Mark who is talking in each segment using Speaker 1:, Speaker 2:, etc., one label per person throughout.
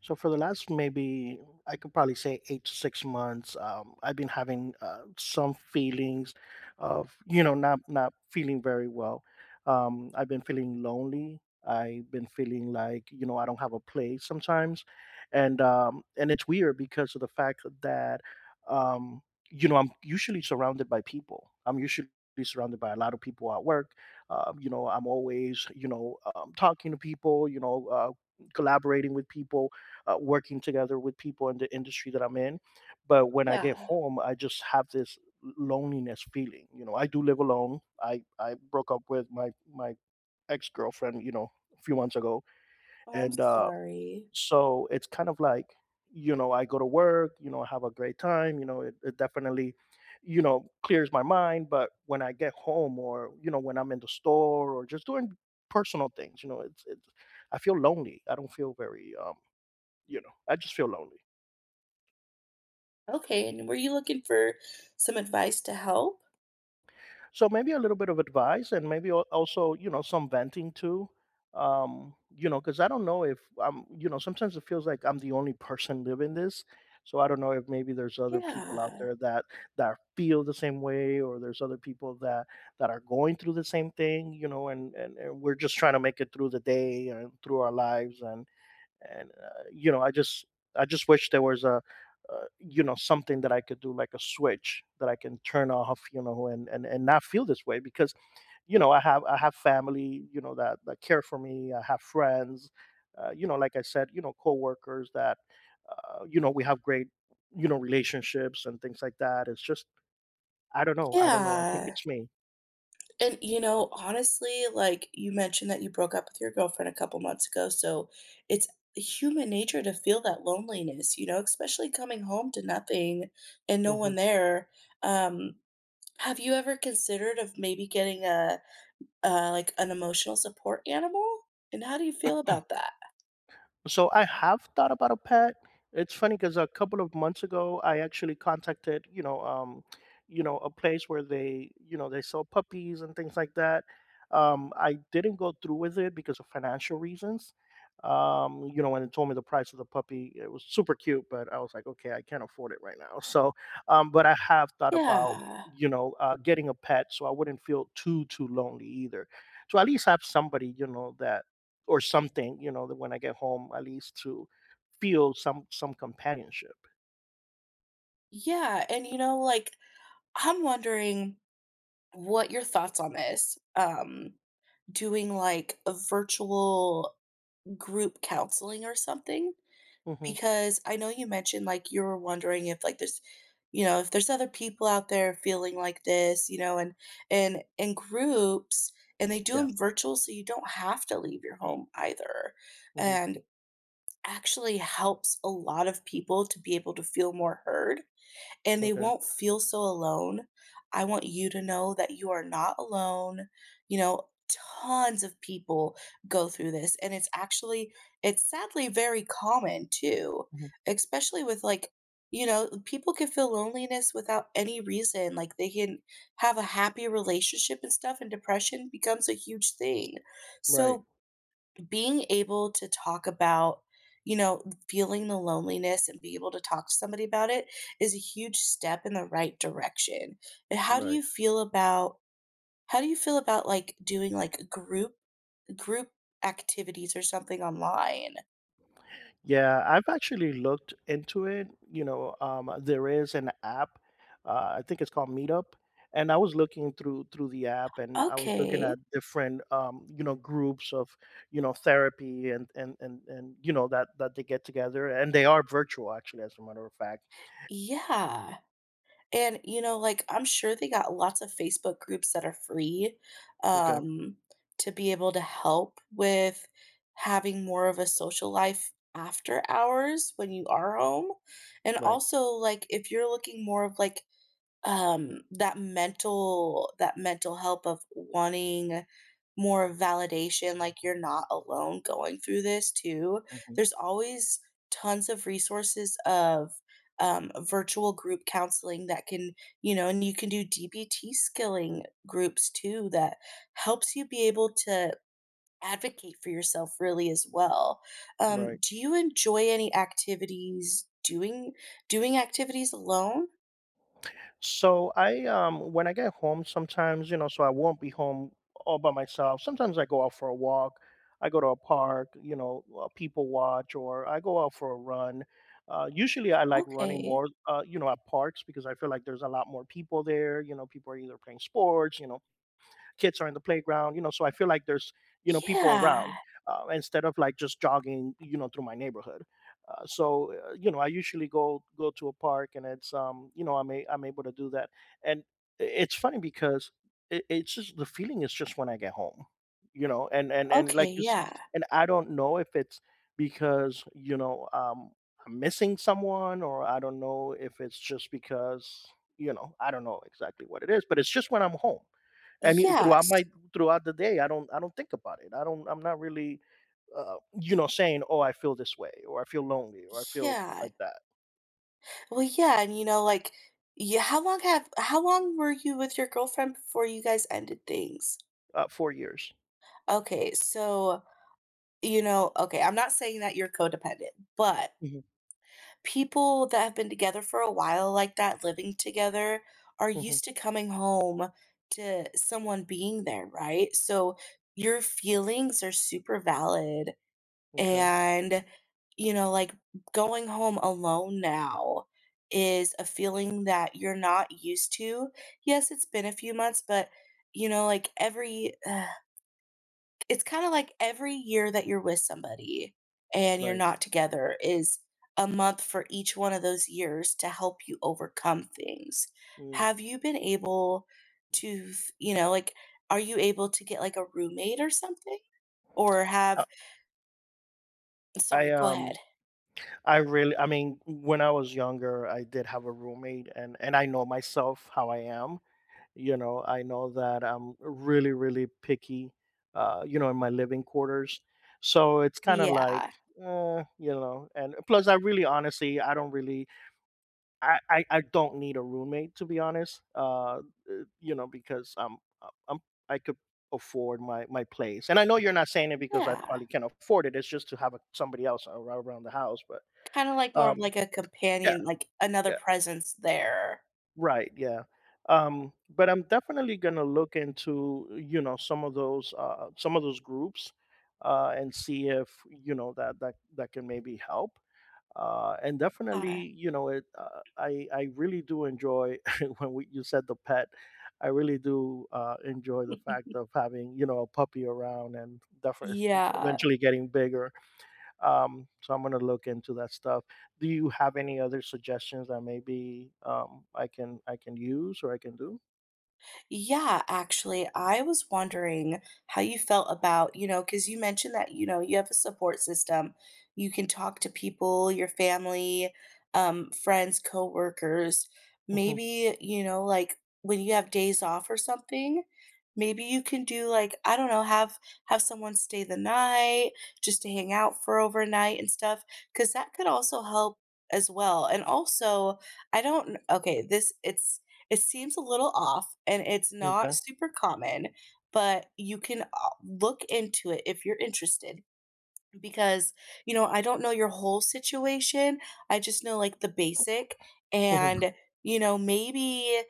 Speaker 1: So for the last maybe I could probably say 8 to 6 months, I've been having some feelings of you know, not feeling very well. I've been feeling lonely. I've been feeling like you know I don't have a place sometimes, and it's weird because of the fact that um, you know I'm usually surrounded by people. I'm usually surrounded by a lot of people at work. You know I'm always you know talking to people. You know collaborating with people working together with people in the industry that I'm in. But when I get
Speaker 2: Yeah.
Speaker 1: home, I just have this loneliness feeling. You know, I do live alone. I broke up with my ex girlfriend. You know, a few months ago,
Speaker 2: Oh, I'm
Speaker 1: and
Speaker 2: sorry.
Speaker 1: so it's kind of like you know I go to work, you know, I have a great time, you know, it definitely you know clears my mind. But when I get home, or you know when I'm in the store or just doing personal things, you know, it's I feel lonely. I don't feel very you know, I just feel lonely.
Speaker 2: Okay, and were you looking for some advice to help?
Speaker 1: So maybe a little bit of advice, and maybe also, you know, some venting too. You know, because I don't know if I'm, you know, sometimes it feels like I'm the only person living this. So I don't know if maybe there's other people out
Speaker 2: Yeah.
Speaker 1: there that that feel the same way, or there's other people that that are going through the same thing, you know, and and we're just trying to make it through the day and through our lives. And you know, I just wish there was a you know, something that I could do, like a switch that I can turn off, you know, and and not feel this way. Because you know, I have family, you know, that that care for me. I have friends, you know, like I said, you know, coworkers that you know, we have great, you know, relationships and things like that. It's just, I don't know, I don't know, I think
Speaker 2: Yeah.
Speaker 1: it's me.
Speaker 2: And, you know, honestly, like you mentioned that you broke up with your girlfriend a couple months ago, so it's human nature to feel that loneliness, you know, especially coming home to nothing and no
Speaker 1: Mm-hmm.
Speaker 2: one there. Um, have you ever considered of maybe getting a like an emotional support animal? And how do you feel about that?
Speaker 1: So I have thought about a pet. It's funny because a couple of months ago, I actually contacted, you know, a place where they, you know, they sell puppies and things like that. I didn't go through with it because of financial reasons. You know, when it told me the price of the puppy, it was super cute, but I was like, okay, I can't afford it right now. So, but I have thought about,
Speaker 2: Yeah.
Speaker 1: you know, getting a pet, so I wouldn't feel too lonely either. So at least have somebody, you know, that, or something, you know, that when I get home, at least to feel some companionship.
Speaker 2: Yeah, and you know, like I'm wondering what your thoughts on this. Doing like a virtual group counseling or something,
Speaker 1: Mhm.
Speaker 2: because I know you mentioned like you were wondering if like there's, you know, if there's other people out there feeling like this, you know, and and groups, and they do
Speaker 1: Yeah.
Speaker 2: them virtual so you don't have to leave your home either.
Speaker 1: Mhm.
Speaker 2: And actually helps a lot of people to be able to feel more heard and they
Speaker 1: Okay.
Speaker 2: won't feel so alone. I want you to know that you are not alone. You know, tons of people go through this, and it's actually it's sadly very common too,
Speaker 1: Mhm.
Speaker 2: especially with like you know, people can feel loneliness without any reason. Like they can have a happy relationship and stuff, and depression becomes a huge thing.
Speaker 1: Right.
Speaker 2: So being able to talk about, you know, feeling the loneliness and be able to talk to somebody about it is a huge step in the right direction. But how do
Speaker 1: Right.
Speaker 2: you feel about how do you feel about like doing like group group activities or something online?
Speaker 1: Yeah, I've actually looked into it. You know, there is an app. I think it's called Meetup, and I was looking through the app, and I was looking
Speaker 2: Okay.
Speaker 1: at different, you know, groups of, you know, therapy and and you know, that that they get together, and they are virtual actually, as a matter of fact.
Speaker 2: Yeah. And, you know, like, I'm sure they got lots of Facebook groups that are free,
Speaker 1: Okay,
Speaker 2: um, to be able to help with having more of a social life after hours when you are home. And
Speaker 1: right,
Speaker 2: also, like, if you're looking more of like that mental help of wanting more validation, like you're not alone going through this too.
Speaker 1: hmm,
Speaker 2: There's always tons of resources of virtual group counseling that can you know, and you can do DBT skilling groups too that helps you be able to advocate for yourself really as well.
Speaker 1: right.
Speaker 2: Do you enjoy any activities doing doing activities alone?
Speaker 1: So I when I get home sometimes, you know, so I won't be home all by myself. Sometimes I go out for a walk. I go to a park, you know, people watch, or I go out for a run. Usually I like running
Speaker 2: Okay.
Speaker 1: more you know, at parks, because I feel like there's a lot more people there, you know, people are either playing sports, you know, kids are in the playground, you know, so I feel like there's, you know, people around,
Speaker 2: Yeah.
Speaker 1: instead of like just jogging, you know, through my neighborhood, so you know, I usually go to a park, and it's you know, I'm able to do that. And it's funny because it's just the feeling is just when I get home, you know, and and like
Speaker 2: Okay,
Speaker 1: just,
Speaker 2: yeah.
Speaker 1: and I don't know if it's because, you know, I'm missing someone, or I don't know if it's just because, you know, I don't know exactly what it is, but it's just when I'm home and throughout
Speaker 2: Yes.
Speaker 1: my, throughout the day, I don't, I don't think about it. I don't, I'm not really you know, saying, "Oh, I feel this way," or "I feel lonely," or "I feel
Speaker 2: Yeah.
Speaker 1: like that."
Speaker 2: Well, yeah, and, you know, like, yeah, how long have how long were you with your girlfriend before you guys ended things?
Speaker 1: 4 years.
Speaker 2: Okay, so, you know, okay, I'm not saying that you're codependent, but
Speaker 1: Hmm.
Speaker 2: people that have been together for a while like that, living together, are
Speaker 1: Hmm.
Speaker 2: used to coming home to someone being there, right? So your feelings are super valid.
Speaker 1: Okay.
Speaker 2: And, you know, like, going home alone now is a feeling that you're not used to. Yes, it's been a few months, but, you know, like, every it's kinda like every year that you're with somebody and you're
Speaker 1: Right.
Speaker 2: not together is a month for each one of those years to help you overcome things.
Speaker 1: Mm.
Speaker 2: Have you been able to you know, like, are you able to get, like, a roommate or something? Or
Speaker 1: Uh,
Speaker 2: have
Speaker 1: I
Speaker 2: sorry, go
Speaker 1: um
Speaker 2: ahead.
Speaker 1: I really, I mean, when I was younger, I did have a roommate, and I know myself how I am. You know, I know that I'm really picky, uh, you know, in my living quarters, so it's kind of like,
Speaker 2: Yeah,
Speaker 1: you know, and plus, I really honestly, I don't really, I don't need a roommate, to be honest. You know, because I'm I'm, I could afford my place, and I know you're not saying it because I
Speaker 2: yeah,
Speaker 1: probably can afford it. It's just to have a, somebody else around the house, but
Speaker 2: kinda like more of
Speaker 1: um,
Speaker 2: like a
Speaker 1: yeah,
Speaker 2: companion, like another
Speaker 1: yeah,
Speaker 2: presence there.
Speaker 1: right, yeah. But I'm definitely gonna look into, you know, some of those, uh, some of those groups, and see if, you know, that that that can maybe help. And definitely,
Speaker 2: Ah.
Speaker 1: you know, it, uh, I really do enjoy when we, you said the pet, I really do, enjoy the fact of having, you know, a puppy around, and definitely
Speaker 2: Yeah.
Speaker 1: eventually getting bigger. So I'm going to look into that stuff. Do you have any other suggestions that maybe, I can use or I can do?
Speaker 2: Yeah, actually, I was wondering how you felt about, you know, because you mentioned that, you know, you have a support system. You can talk to people, your family, friends, coworkers.
Speaker 1: Mhm,
Speaker 2: Maybe, you know, like when you have days off or something, maybe you can do like, I don't know, have someone stay the night just to hang out for overnight and stuff, because that could also help as well. And also, I don't, okay, this it's it seems a little off, and it's not
Speaker 1: okay.
Speaker 2: super common, but you can, look into it if you're interested because, you know, I don't know your whole situation, I just know, like, the basic,
Speaker 1: Mhm,
Speaker 2: and, you know, maybe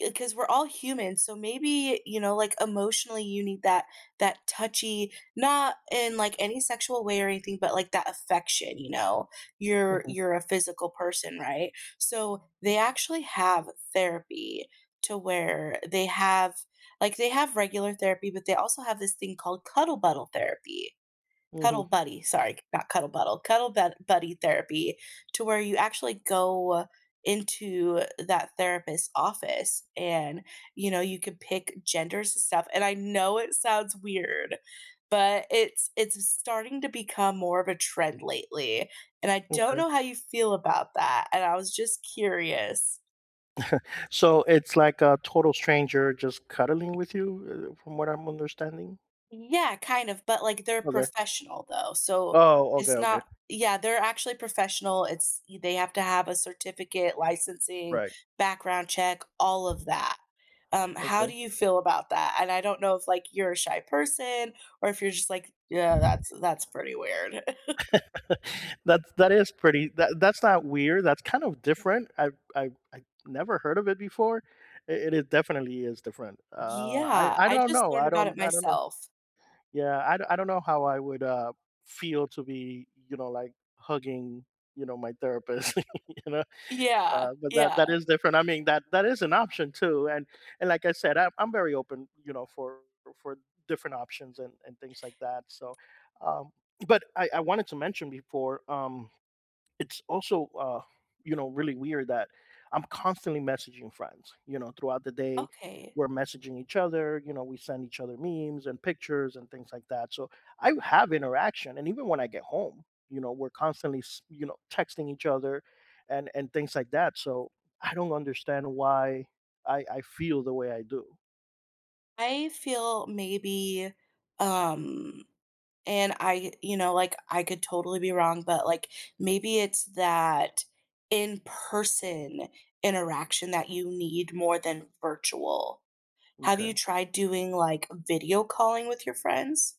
Speaker 2: because we're all humans, so maybe you know like emotionally you need that that touchy, not in like any sexual way or anything, but like that affection, you know,
Speaker 1: mhm,
Speaker 2: you're a physical person, right? So they actually have therapy to where they have like they have regular therapy, but they also have this thing called cuddle buddle therapy.
Speaker 1: mhm,
Speaker 2: Cuddle buddy, sorry, not cuddle buddle, cuddle bed buddy therapy to where you actually go into that therapist's office, and you know you could pick genders and stuff, and I know it sounds weird, but it's starting to become more of a trend lately, and I don't
Speaker 1: okay,
Speaker 2: know how you feel about that, and I was just curious.
Speaker 1: so it's like a total stranger just cuddling with you, from what I'm understanding?
Speaker 2: Yeah, kind of, but, like, they're
Speaker 1: Okay.
Speaker 2: professional, though, so
Speaker 1: Oh, okay,
Speaker 2: it's
Speaker 1: okay.
Speaker 2: not Yeah, they're actually professional, it's they have to have a certificate, licensing,
Speaker 1: Right.
Speaker 2: background check, all of that. How do
Speaker 1: Okay.
Speaker 2: you feel about that? And I don't know if, like, you're a shy person or if you're just like, "Yeah, that's pretty weird."
Speaker 1: That's, that is pretty, that that's not weird, that's kind of different. I, I never heard of it before. It definitely is different. I
Speaker 2: Yeah,
Speaker 1: I
Speaker 2: I
Speaker 1: don't
Speaker 2: just
Speaker 1: know.
Speaker 2: learned
Speaker 1: I
Speaker 2: about it
Speaker 1: don't, I don't know.
Speaker 2: myself.
Speaker 1: Yeah, I d I don't know how I would, feel to be, you know, like, hugging, you know, my therapist, you know?
Speaker 2: Yeah,
Speaker 1: But that,
Speaker 2: yeah.
Speaker 1: that is different. I mean, that that is an option too. And like I said, I'm very open, you know, for different options and things like that. So, um, but I wanted to mention before. It's also you know, really weird that I'm constantly messaging friends, you know, throughout the day,
Speaker 2: Okay.
Speaker 1: we're messaging each other, you know, we send each other memes and pictures and things like that, so I have interaction. And even when I get home, you know, we're constantly you know, texting each other and things like that. So I don't understand why I feel the way I do.
Speaker 2: I feel maybe, um and I you know, like, I could totally be wrong, but, like, maybe it's that in-person interaction that you need more than virtual. Have
Speaker 1: Okay.
Speaker 2: you tried doing, like, video calling with your friends?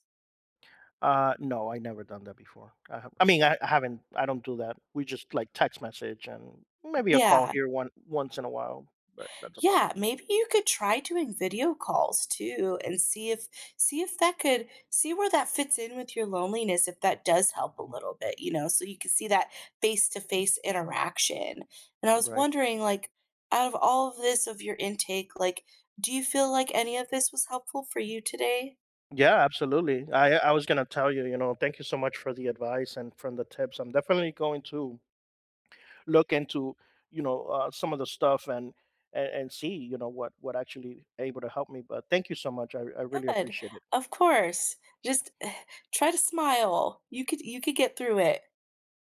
Speaker 1: No, I never done that before. I have, I mean, I I haven't, I don't do that. We just, like, text message, and maybe a call
Speaker 2: Yeah.
Speaker 1: here, one, once in a while, but that's about it.
Speaker 2: Yeah, maybe you could try doing video calls too and see if that could see where that fits in with your loneliness if that does help a
Speaker 1: Mhm.
Speaker 2: little bit, you know, so you can see that face-to-face interaction. And I was
Speaker 1: Right.
Speaker 2: wondering like out of all of this of your intake, like do you feel like any of this was helpful for you today?
Speaker 1: Yeah, absolutely. I was gonna tell you, you know, thank you so much for the advice and from the tips. I'm definitely going to look into, you know, some of the stuff and and see, you know, what actually able to help me, but thank you so much. I really
Speaker 2: Good.
Speaker 1: appreciate it.
Speaker 2: Of course. Just try to smile. You could get through it.